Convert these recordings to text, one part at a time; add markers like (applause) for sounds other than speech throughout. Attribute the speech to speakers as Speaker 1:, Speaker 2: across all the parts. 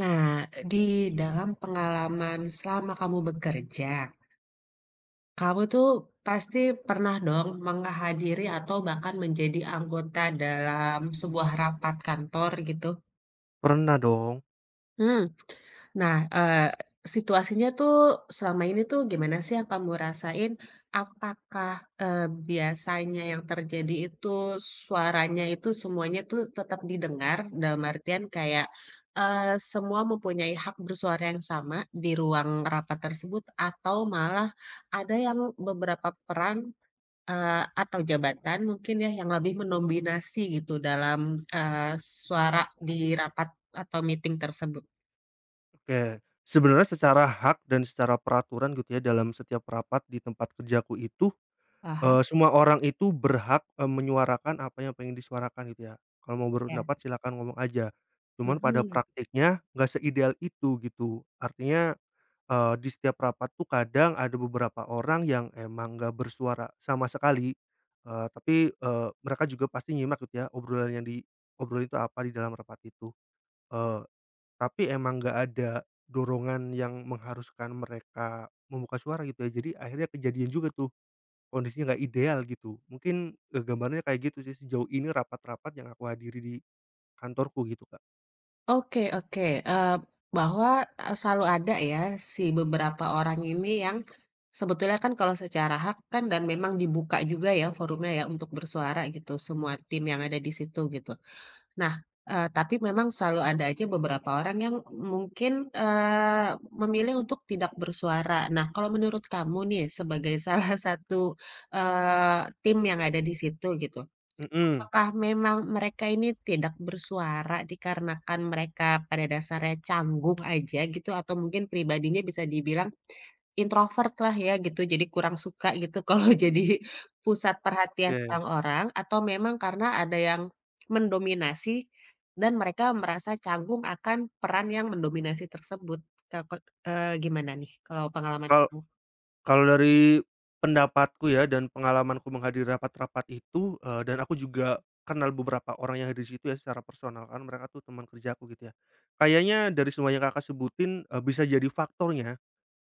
Speaker 1: Nah, di dalam pengalaman selama kamu bekerja, kamu tuh pasti pernah dong menghadiri atau bahkan menjadi anggota dalam sebuah rapat kantor gitu.
Speaker 2: Pernah dong.
Speaker 1: Hmm. Nah, situasinya tuh selama ini tuh gimana sih yang kamu rasain? Apakah, biasanya yang terjadi itu suaranya itu semuanya tuh tetap didengar? Dalam artian kayak, semua mempunyai hak bersuara yang sama di ruang rapat tersebut atau malah ada yang beberapa peran, atau jabatan mungkin ya yang lebih mendominasi gitu dalam, suara di rapat atau meeting tersebut?
Speaker 2: Oke, sebenarnya secara hak dan secara peraturan gitu ya dalam setiap rapat di tempat kerjaku itu,
Speaker 1: Aha.
Speaker 2: semua orang itu berhak, menyuarakan apa yang pengen disuarakan gitu ya. Kalau mau
Speaker 1: Ya.
Speaker 2: berpendapat silakan ngomong aja. Cuman pada
Speaker 1: Mhm.
Speaker 2: praktiknya nggak seideal itu gitu. Artinya, di setiap rapat tuh kadang ada beberapa orang yang emang nggak bersuara sama sekali, tapi, mereka juga pasti nyimak gitu ya obrolan yang diobrolin itu apa di dalam rapat itu. eee Tapi emang nggak ada dorongan yang mengharuskan mereka membuka suara gitu ya, jadi akhirnya kejadian juga tuh, kondisinya nggak ideal gitu. Mungkin, gambarannya kayak gitu sih sejauh ini rapat-rapat yang aku hadiri di kantorku gitu, Kak.
Speaker 1: Oke, oke, eee, bahwa, selalu ada ya si beberapa orang ini yang sebetulnya kan kalau secara hak kan dan memang dibuka juga ya forumnya ya untuk bersuara gitu, semua tim yang ada di situ gitu. Nah, tapi memang selalu ada aja beberapa orang yang mungkin, memilih untuk tidak bersuara. Nah, kalau menurut kamu nih sebagai (laughs) salah satu, tim yang ada di situ gitu,
Speaker 2: Mhm,
Speaker 1: apakah memang mereka ini tidak bersuara dikarenakan mereka pada dasarnya canggung aja gitu atau mungkin pribadinya bisa dibilang introvert lah ya gitu, jadi kurang suka gitu (laughs) kalau jadi pusat perhatian
Speaker 2: oke.
Speaker 1: orang-orang atau memang karena ada yang mendominasi dan mereka merasa canggung akan peran yang mendominasi tersebut? Kak kok gimana nih kalau pengalaman
Speaker 2: Kal
Speaker 1: kamu?
Speaker 2: kalau dari pendapatku ya dan pengalamanku menghadiri rapat-rapat itu, dan aku juga kenal beberapa orang yang hadir di situ ya secara personal, kan mereka tuh teman kerjaku gitu ya. Kayaknya dari semua yang Kakak sebutin, bisa jadi faktornya.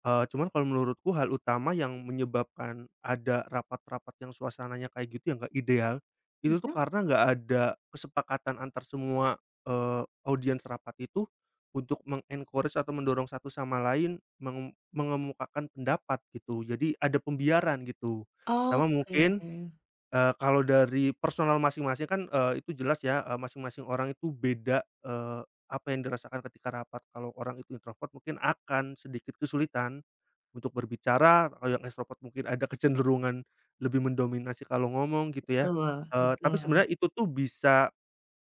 Speaker 2: Cuman kalau menurutku hal utama yang menyebabkan ada rapat-rapat yang suasananya kayak gitu yang nggak ideal, itu tuh
Speaker 1: Mhm.
Speaker 2: karena nggak ada kesepakatan antar semua, audiens rapat itu untuk atau mendorong satu sama lain mengemukakan pendapat gitu. Jadi ada pembiaran gitu.
Speaker 1: Oh,
Speaker 2: Sama mungkin,
Speaker 1: oke,
Speaker 2: kalau dari personal masing-masing kan, itu jelas ya, masing-masing orang itu beda, apa yang dirasakan ketika rapat. Kalau orang itu introvert mungkin akan sedikit kesulitan untuk berbicara, kalau yang ekstrovert mungkin ada kecenderungan lebih mendominasi kalau ngomong gitu ya,
Speaker 1: betul
Speaker 2: tapi
Speaker 1: betul.
Speaker 2: sebenarnya itu tuh bisa,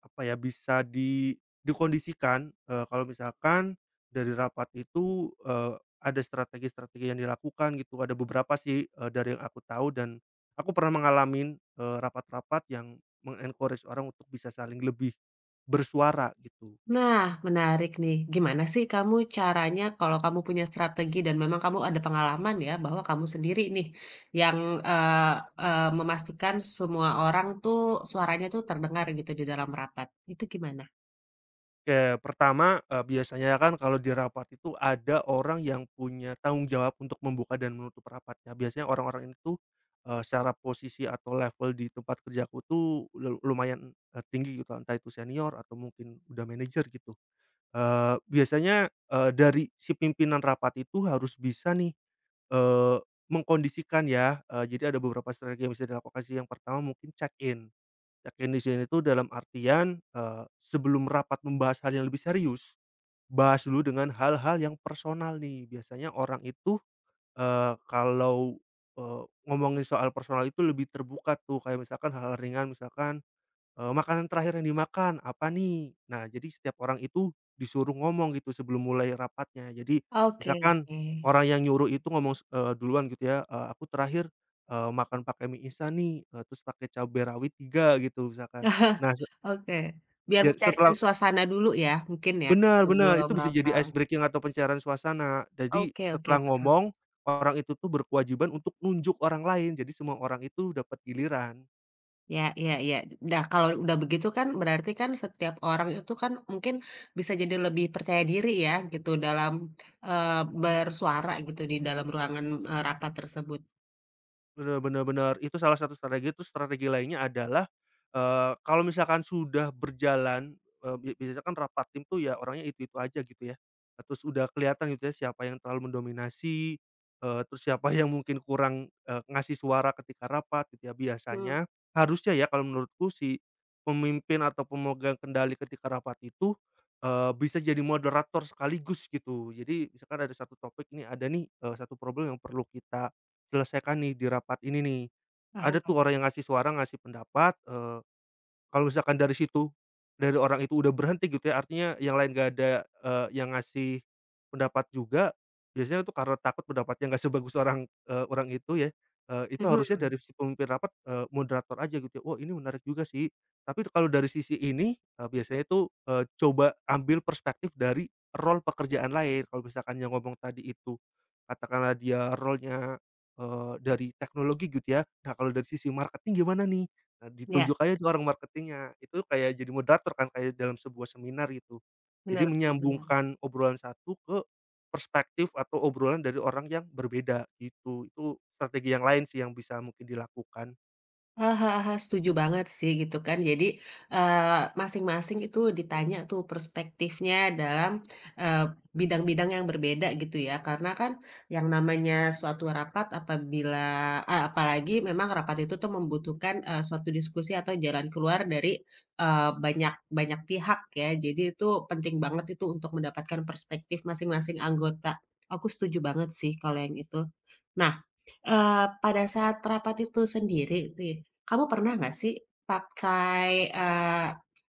Speaker 2: apa ya, bisa dikondisikan, kalau misalkan dari rapat itu, ada strategi-strategi yang dilakukan gitu, ada beberapa sih, dari yang aku tahu dan aku pernah mengalamin, rapat-rapat yang mengencourage orang untuk bisa saling lebih bersuara gitu.
Speaker 1: Nah, menarik nih. Gimana sih kamu caranya kalau kamu punya strategi dan memang kamu ada pengalaman ya bahwa kamu sendiri nih yang eee eee, memastikan semua orang tuh suaranya tuh terdengar gitu di dalam rapat. Itu gimana?
Speaker 2: Oke, pertama, biasanya kan kalau di rapat itu ada orang yang punya tanggung jawab untuk membuka dan menutup rapatnya. Biasanya orang-orang itu, secara posisi atau level di tempat kerjaku tuh lumayan, tinggi gitu, entah itu senior atau mungkin udah manajer gitu. Biasanya, dari si pimpinan rapat itu harus bisa nih, eee, mengkondisikan ya, jadi ada beberapa strategi yang bisa dilakukan sih. Yang pertama mungkin check in. Yakin di sini tuh dalam artian, sebelum rapat membahas hal yang lebih serius, bahas dulu dengan hal-hal yang personal nih. Biasanya orang itu, kalau, eee, ngomongin soal personal itu lebih terbuka tuh, kayak misalkan hal-hal ringan, misalkan "Makanan terakhir yang dimakan apa nih?" Nah, jadi setiap orang itu disuruh ngomong gitu sebelum mulai rapatnya. Jadi
Speaker 1: Oke,
Speaker 2: misalkan
Speaker 1: oke.
Speaker 2: orang yang nyuruh itu ngomong duluan gitu ya, "Aku terakhir, makan pakai mie instan nih, terus pakai cabai rawit 3 gitu misalkan."
Speaker 1: (laughs)
Speaker 2: Nah,
Speaker 1: Oke. Biar
Speaker 2: ya
Speaker 1: mencairkan
Speaker 2: setelah
Speaker 1: suasana dulu ya mungkin ya
Speaker 2: benar-benar
Speaker 1: sebelum
Speaker 2: itu bisa jadi
Speaker 1: rapat.
Speaker 2: ice breaking atau pencairan suasana. Jadi
Speaker 1: Oke, oke,
Speaker 2: setelah
Speaker 1: paham.
Speaker 2: ngomong, orang itu tuh berkewajiban untuk nunjuk orang lain, jadi semua orang itu dapat giliran.
Speaker 1: Ya, ya, ya. Nah, kalau udah begitu kan berarti kan setiap orang itu kan mungkin bisa jadi lebih percaya diri ya gitu dalam, eee, bersuara gitu di dalam ruangan, rapat tersebut.
Speaker 2: Bener, bener, bener. Itu salah satu strategi, terus strategi lainnya adalah, kalau misalkan sudah berjalan, biasanya kan rapat tim tuh ya orangnya itu-itu aja gitu ya. Terus udah kelihatan gitu ya siapa yang terlalu mendominasi, terus siapa yang mungkin kurang, ngasih suara ketika rapat gitu ya.
Speaker 1: Mmm,
Speaker 2: Biasanya, harusnya ya kalau menurutku si pemimpin atau pemegang kendali ketika rapat itu, bisa jadi moderator sekaligus gitu. Jadi misalkan ada satu topik ini ada nih, satu problem yang perlu kita selesaikan nih di rapat ini nih. Ada tuh
Speaker 1: paham.
Speaker 2: orang yang ngasih suara, ngasih pendapat, kalau misalkan dari situ, dari orang itu udah berhenti gitu ya, artinya yang lain gak ada, yang ngasih pendapat juga, biasanya tuh karena takut pendapatnya nggak sebagus orang, orang itu ya, itu harusnya
Speaker 1: Mhm,
Speaker 2: dari si pemimpin rapat, moderator aja gitu ya, "Wah ini menarik juga sih." Tapi kalau dari sisi ini, biasanya itu, coba ambil perspektif dari role pekerjaan lain, kalau misalkan yang ngomong tadi itu, katakanlah dia role-nya, dari teknologi gitu ya, nah kalau dari sisi marketing gimana nih? Nah,
Speaker 1: ya,
Speaker 2: ditunjuk aja tuh orang marketingnya, itu kayak jadi moderator kan, kayak dalam sebuah seminar gitu. Jadi
Speaker 1: benar, benar. Bener.
Speaker 2: menyambungkan obrolan satu ke perspektif atau obrolan dari orang yang berbeda gitu, itu strategi yang lain sih yang bisa mungkin dilakukan.
Speaker 1: Heeh, heeh, setuju banget sih gitu kan. Jadi, masing-masing itu ditanya tuh perspektifnya dalam, eee, bidang-bidang yang berbeda gitu ya. Karena kan yang namanya suatu rapat apabila apalagi memang rapat itu tuh membutuhkan, suatu diskusi atau jalan keluar dari, banyak banyak pihak ya. Jadi itu penting banget itu untuk mendapatkan perspektif masing-masing anggota. Aku setuju banget sih kalau yang itu. Nah, pada saat rapat itu sendiri nih, kamu pernah nggak sih pakai,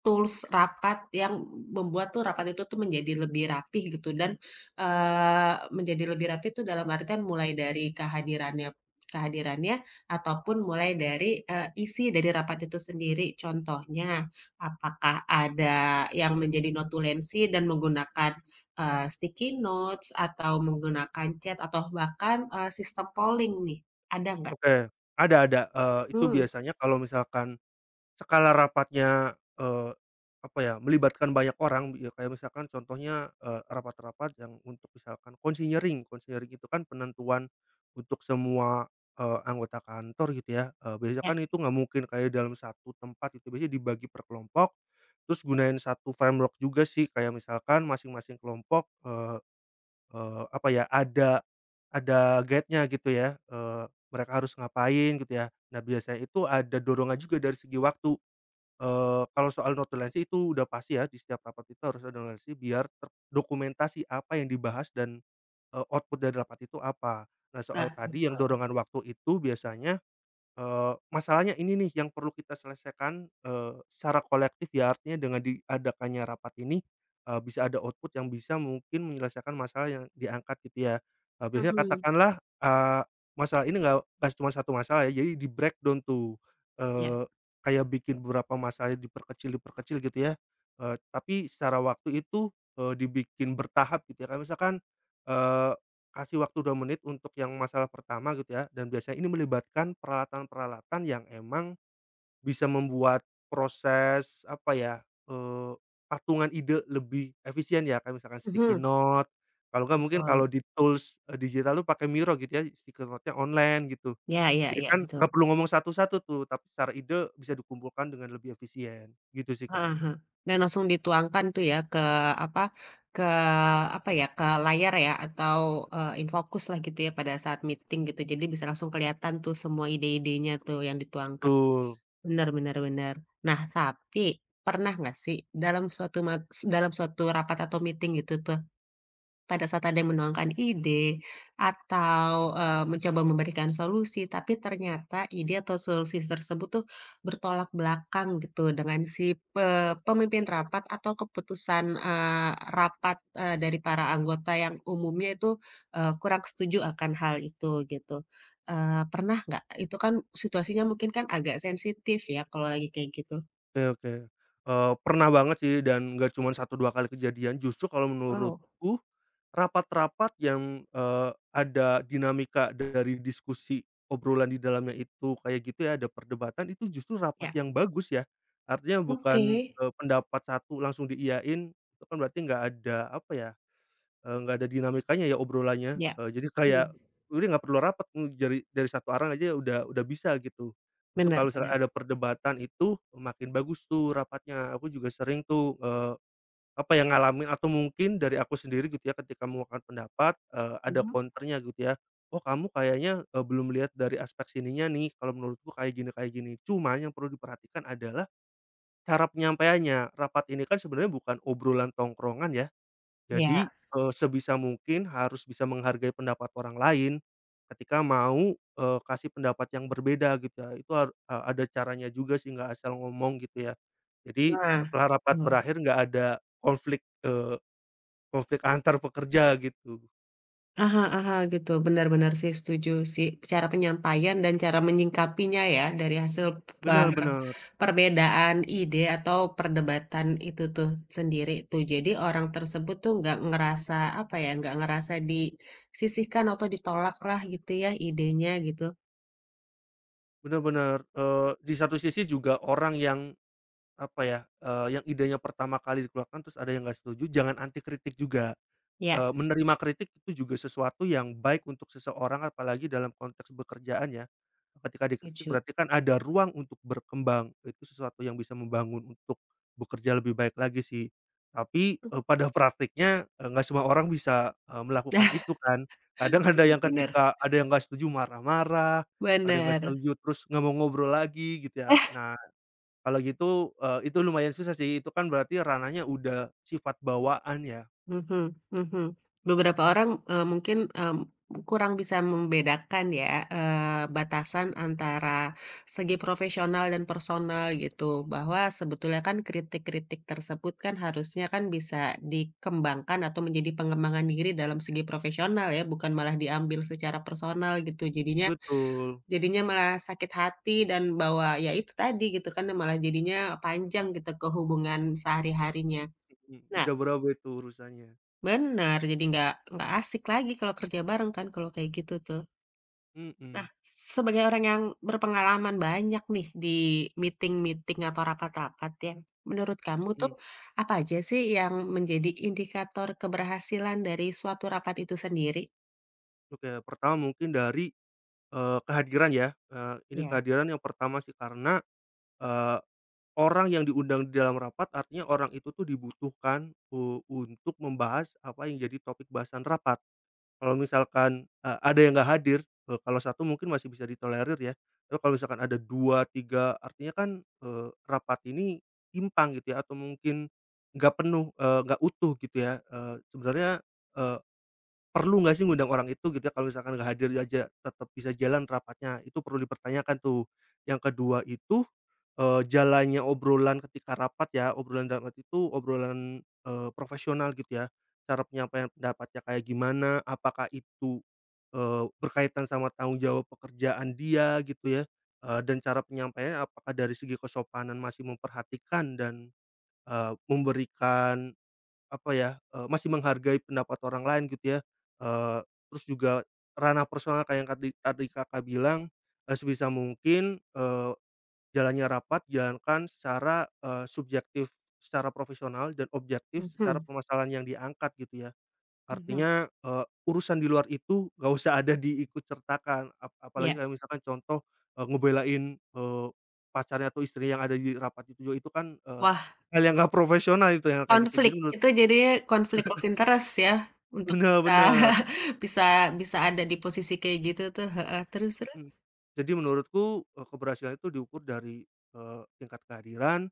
Speaker 1: tools rapat yang membuat tuh rapat itu tuh menjadi lebih rapih gitu dan, menjadi lebih rapi itu dalam artian mulai dari kehadirannya kehadirannya ataupun mulai dari, isi dari rapat itu sendiri. Contohnya, apakah ada yang menjadi notulensi dan menggunakan sticky notes atau menggunakan chat atau bahkan, sistem polling nih, ada nggak?
Speaker 2: Oke, ada, itu
Speaker 1: Mmm.
Speaker 2: biasanya kalau misalkan skala rapatnya, apa ya, melibatkan banyak orang ya, kayak misalkan contohnya, rapat-rapat yang untuk misalkan konseling. Konseling itu kan penentuan untuk semua, anggota kantor gitu ya, biasanya
Speaker 1: Ya,
Speaker 2: kan itu nggak mungkin kayak dalam satu tempat itu biasanya dibagi per kelompok, terus gunain satu framework juga sih, kayak misalkan masing-masing kelompok, eee eee, apa ya, ada guide-nya gitu ya, mereka harus ngapain gitu ya. Nah biasanya itu ada dorongan juga dari segi waktu. Kalau soal notulensi itu udah pasti ya, di setiap rapat itu harus ada notulensi biar terdokumentasi apa yang dibahas dan, output dari rapat itu apa. Nah, soal
Speaker 1: nah,
Speaker 2: tadi yang
Speaker 1: betul.
Speaker 2: dorongan waktu itu biasanya. Masalahnya ini nih yang perlu kita selesaikan, secara kolektif ya artinya dengan diadakannya rapat ini, bisa ada output yang bisa mungkin menyelesaikan masalah yang diangkat gitu ya, biasanya
Speaker 1: Mhm,
Speaker 2: katakanlah, eee, masalah ini nggak cuma satu masalah ya jadi di-breakdown tuh,
Speaker 1: ya,
Speaker 2: eee, kayak bikin beberapa masalah diperkecil diperkecil gitu ya, tapi secara waktu itu, dibikin bertahap gitu ya kayak misalkan, eee kasih waktu 2 menit untuk yang masalah pertama gitu ya, dan biasanya ini melibatkan peralatan-peralatan yang emang bisa membuat proses, apa ya, eee, patungan ide lebih efisien ya, kayak misalkan sticky
Speaker 1: Mhm.
Speaker 2: note, kalau nggak mungkin
Speaker 1: Betul.
Speaker 2: kalau di tools, digital tuh pakai Miro gitu ya, sticky note-nya online gitu.
Speaker 1: Ya, ya,
Speaker 2: Jadi
Speaker 1: ya,
Speaker 2: kan
Speaker 1: betul.
Speaker 2: nggak perlu ngomong satu-satu tuh, tapi secara ide bisa dikumpulkan dengan lebih efisien, gitu sih Kak.
Speaker 1: Heeh, heeh. Dan langsung dituangkan tuh ya apa, ke apa, ya, ke layar ya atau, infokus lah gitu ya pada saat meeting gitu, jadi bisa langsung kelihatan tuh semua ide-idenya tuh yang dituangkan.
Speaker 2: Betul.
Speaker 1: Benar, benar, benar. Nah, tapi pernah nggak sih dalam suatu dalam suatu rapat atau meeting gitu pada saat ada yang menuangkan ide atau, mencoba memberikan solusi, tapi ternyata ide atau solusi tersebut tuh bertolak belakang gitu dengan si pe pemimpin rapat atau keputusan, rapat, dari para anggota yang umumnya itu, kurang setuju akan hal itu gitu. Pernah nggak? Itu kan situasinya mungkin kan agak sensitif ya kalau lagi kayak gitu?
Speaker 2: Oke, oke, pernah banget sih dan nggak cuman satu 2 kali kejadian, justru kalau
Speaker 1: Oh.
Speaker 2: menurutku rapat-rapat yang, ada dinamika dari diskusi obrolan di dalamnya itu kayak gitu ya, ada perdebatan itu justru rapat
Speaker 1: Ya,
Speaker 2: yang bagus ya. Artinya
Speaker 1: oke.
Speaker 2: bukan, pendapat satu langsung diiyain, itu kan berarti nggak ada apa ya. Nggak ada dinamikanya ya obrolannya,
Speaker 1: Ya,
Speaker 2: jadi kayak
Speaker 1: mhm,
Speaker 2: udah nggak perlu rapat, dari satu arah aja udah bisa gitu. Justru
Speaker 1: benar,
Speaker 2: kalau misalkan
Speaker 1: bener,
Speaker 2: ada perdebatan itu makin bagus tuh rapatnya. Aku juga sering tuh, apa ya, ngalamin atau mungkin dari aku sendiri gitu ya ketika mengemukakan pendapat, ada
Speaker 1: mhm,
Speaker 2: counter-nya gitu ya. "Oh kamu kayaknya, belum lihat dari aspek sininya nih, kalau menurutku kayak gini kayak gini." Cuman yang perlu diperhatikan adalah cara penyampaiannya. Rapat ini kan sebenarnya bukan obrolan tongkrongan ya. Jadi,
Speaker 1: iya.
Speaker 2: sebisa mungkin harus bisa menghargai pendapat orang lain ketika mau, kasih pendapat yang berbeda gitu ya, itu ada caranya juga sih nggak asal ngomong gitu ya. Jadi
Speaker 1: Nah,
Speaker 2: setelah rapat
Speaker 1: betul.
Speaker 2: berakhir nggak ada konflik, eee, konflik antar pekerja gitu.
Speaker 1: Ah, hah, ah, gitu, benar benar sih, setuju sih. Cara penyampaian dan cara menyingkapinya ya, dari hasil per
Speaker 2: Benar-benar
Speaker 1: perbedaan ide atau perdebatan itu tuh sendiri tuh. Jadi orang tersebut tuh nggak ngerasa, apa ya, nggak ngerasa disisihkan atau ditolak lah gitu ya idenya gitu.
Speaker 2: benar-benar, di satu sisi juga orang yang apa ya, yang idenya pertama kali dikeluarkan terus ada yang nggak setuju, jangan anti kritik juga.
Speaker 1: Ya.
Speaker 2: Menerima kritik itu juga sesuatu yang baik untuk seseorang apalagi dalam konteks bekerjaan ya. Ketika dikritik
Speaker 1: Setuju.
Speaker 2: berarti kan ada ruang untuk berkembang, itu sesuatu yang bisa membangun untuk bekerja lebih baik lagi sih. Tapi, pada (laughs) praktiknya, nggak semua orang bisa, melakukan
Speaker 1: (laughs)
Speaker 2: itu kan. Kadang ada yang
Speaker 1: Benar,
Speaker 2: ketika ada yang nggak setuju marah-marah, ada yang nggak
Speaker 1: benar,
Speaker 2: setuju terus nggak mau ngobrol lagi gitu ya.
Speaker 1: benar.
Speaker 2: Nah kalau gitu, itu lumayan susah sih, itu kan berarti ranahnya udah sifat bawaan ya.
Speaker 1: Mhm, mhm. Beberapa orang, mungkin, kurang bisa membedakan ya, batasan antara segi profesional dan personal gitu, bahwa sebetulnya kan kritik-kritik tersebut kan harusnya kan bisa dikembangkan atau menjadi pengembangan diri dalam segi profesional ya, bukan malah diambil secara personal gitu. Jadinya
Speaker 2: Betul.
Speaker 1: jadinya malah sakit hati dan bahwa ya itu tadi gitu kan, malah jadinya panjang gitu ke hubungan sehari-harinya.
Speaker 2: Mhm,
Speaker 1: Nah,
Speaker 2: bisa berapa itu urusannya.
Speaker 1: benar jadi nggak asik lagi kalau kerja bareng kan kalau kayak gitu tuh. Nah,
Speaker 2: Mhm,
Speaker 1: sebagai orang yang berpengalaman banyak nih di meeting-meeting atau rapat-rapat ya, menurut kamu
Speaker 2: mhm.
Speaker 1: tuh apa aja sih yang menjadi indikator keberhasilan dari suatu rapat itu sendiri?
Speaker 2: Oke, pertama mungkin dari, kehadiran ya, ini
Speaker 1: Ya.
Speaker 2: kehadiran yang pertama sih karena, eee, orang yang diundang di dalam rapat artinya orang itu tuh dibutuhkan, untuk membahas apa yang jadi topik bahasan rapat. Kalau misalkan, ada yang nggak hadir, kalau satu mungkin masih bisa ditolerir ya, tapi kalau misalkan ada 2 3 artinya kan, rapat ini timpang gitu ya atau mungkin nggak penuh, nggak utuh gitu ya, sebenarnya, eee perlu nggak sih ngundang orang itu gitu ya kalau misalkan nggak hadir aja tetap bisa jalan rapatnya, itu perlu dipertanyakan tuh. Yang kedua itu, jalannya obrolan ketika rapat ya, obrolan dalam arti itu obrolan, profesional gitu ya. Cara penyampaian pendapatnya kayak gimana, apakah itu, berkaitan sama tanggung jawab pekerjaan dia gitu ya, dan cara penyampaiannya apakah dari segi kesopanan masih memperhatikan dan, memberikan apa ya, masih menghargai pendapat orang lain gitu ya, eee, terus juga ranah personal kayak yang tadi tadi Kakak bilang, sebisa mungkin, jalannya rapat jalankan secara, subjektif, secara profesional dan objektif secara
Speaker 1: Mhm,
Speaker 2: permasalahan yang diangkat gitu ya.
Speaker 1: mhm,
Speaker 2: Artinya, urusan di luar itu gak usah ada diikut sertakan,
Speaker 1: ya.
Speaker 2: apalagi kayak misalkan contoh, ngebelain, pacarnya atau istrinya yang ada di rapat itu juga itu kan,
Speaker 1: Wah,
Speaker 2: hal yang gak profesional itu yang kayak gitu.
Speaker 1: konflik,
Speaker 2: Jadi menurut.
Speaker 1: itu jadi konflik of interest ya untuk
Speaker 2: Bener,
Speaker 1: bisa
Speaker 2: bener,
Speaker 1: (laughs) bisa bisa ada di posisi kayak gitu tuh, heeh, terus terus?
Speaker 2: mhm. Jadi menurutku, keberhasilan itu diukur dari, tingkat kehadiran,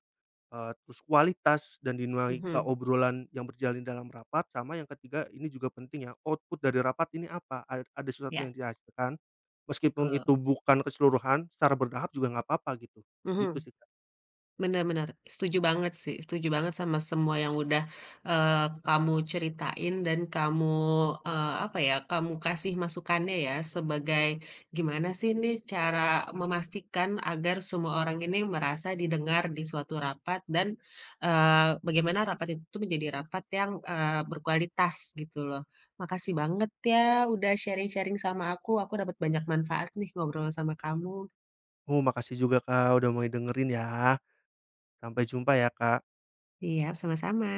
Speaker 2: terus kualitas dan dinamika
Speaker 1: Mhm,
Speaker 2: obrolan yang berjalin dalam rapat, sama yang ketiga ini juga penting ya, output dari rapat ini apa, ada sesuatu
Speaker 1: ya,
Speaker 2: yang dihasilkan, meskipun
Speaker 1: betul,
Speaker 2: itu bukan keseluruhan, secara berdahap juga nggak apa-apa gitu, gitu
Speaker 1: mhm.
Speaker 2: sih, Kak.
Speaker 1: Bener, bener, setuju banget sih, setuju banget sama semua yang udah, kamu ceritain dan kamu, apa ya, kamu kasih masukannya ya sebagai gimana sih nih cara memastikan agar semua orang ini merasa didengar di suatu rapat dan, bagaimana rapat itu tuh menjadi rapat yang, berkualitas gitu loh. Makasih banget ya udah sharing-sharing sama aku dapat banyak manfaat nih ngobrol sama kamu.
Speaker 2: Oh, makasih juga, Kak, udah mau dengerin ya. Sampai jumpa ya, Kak.
Speaker 1: Iya, sama-sama.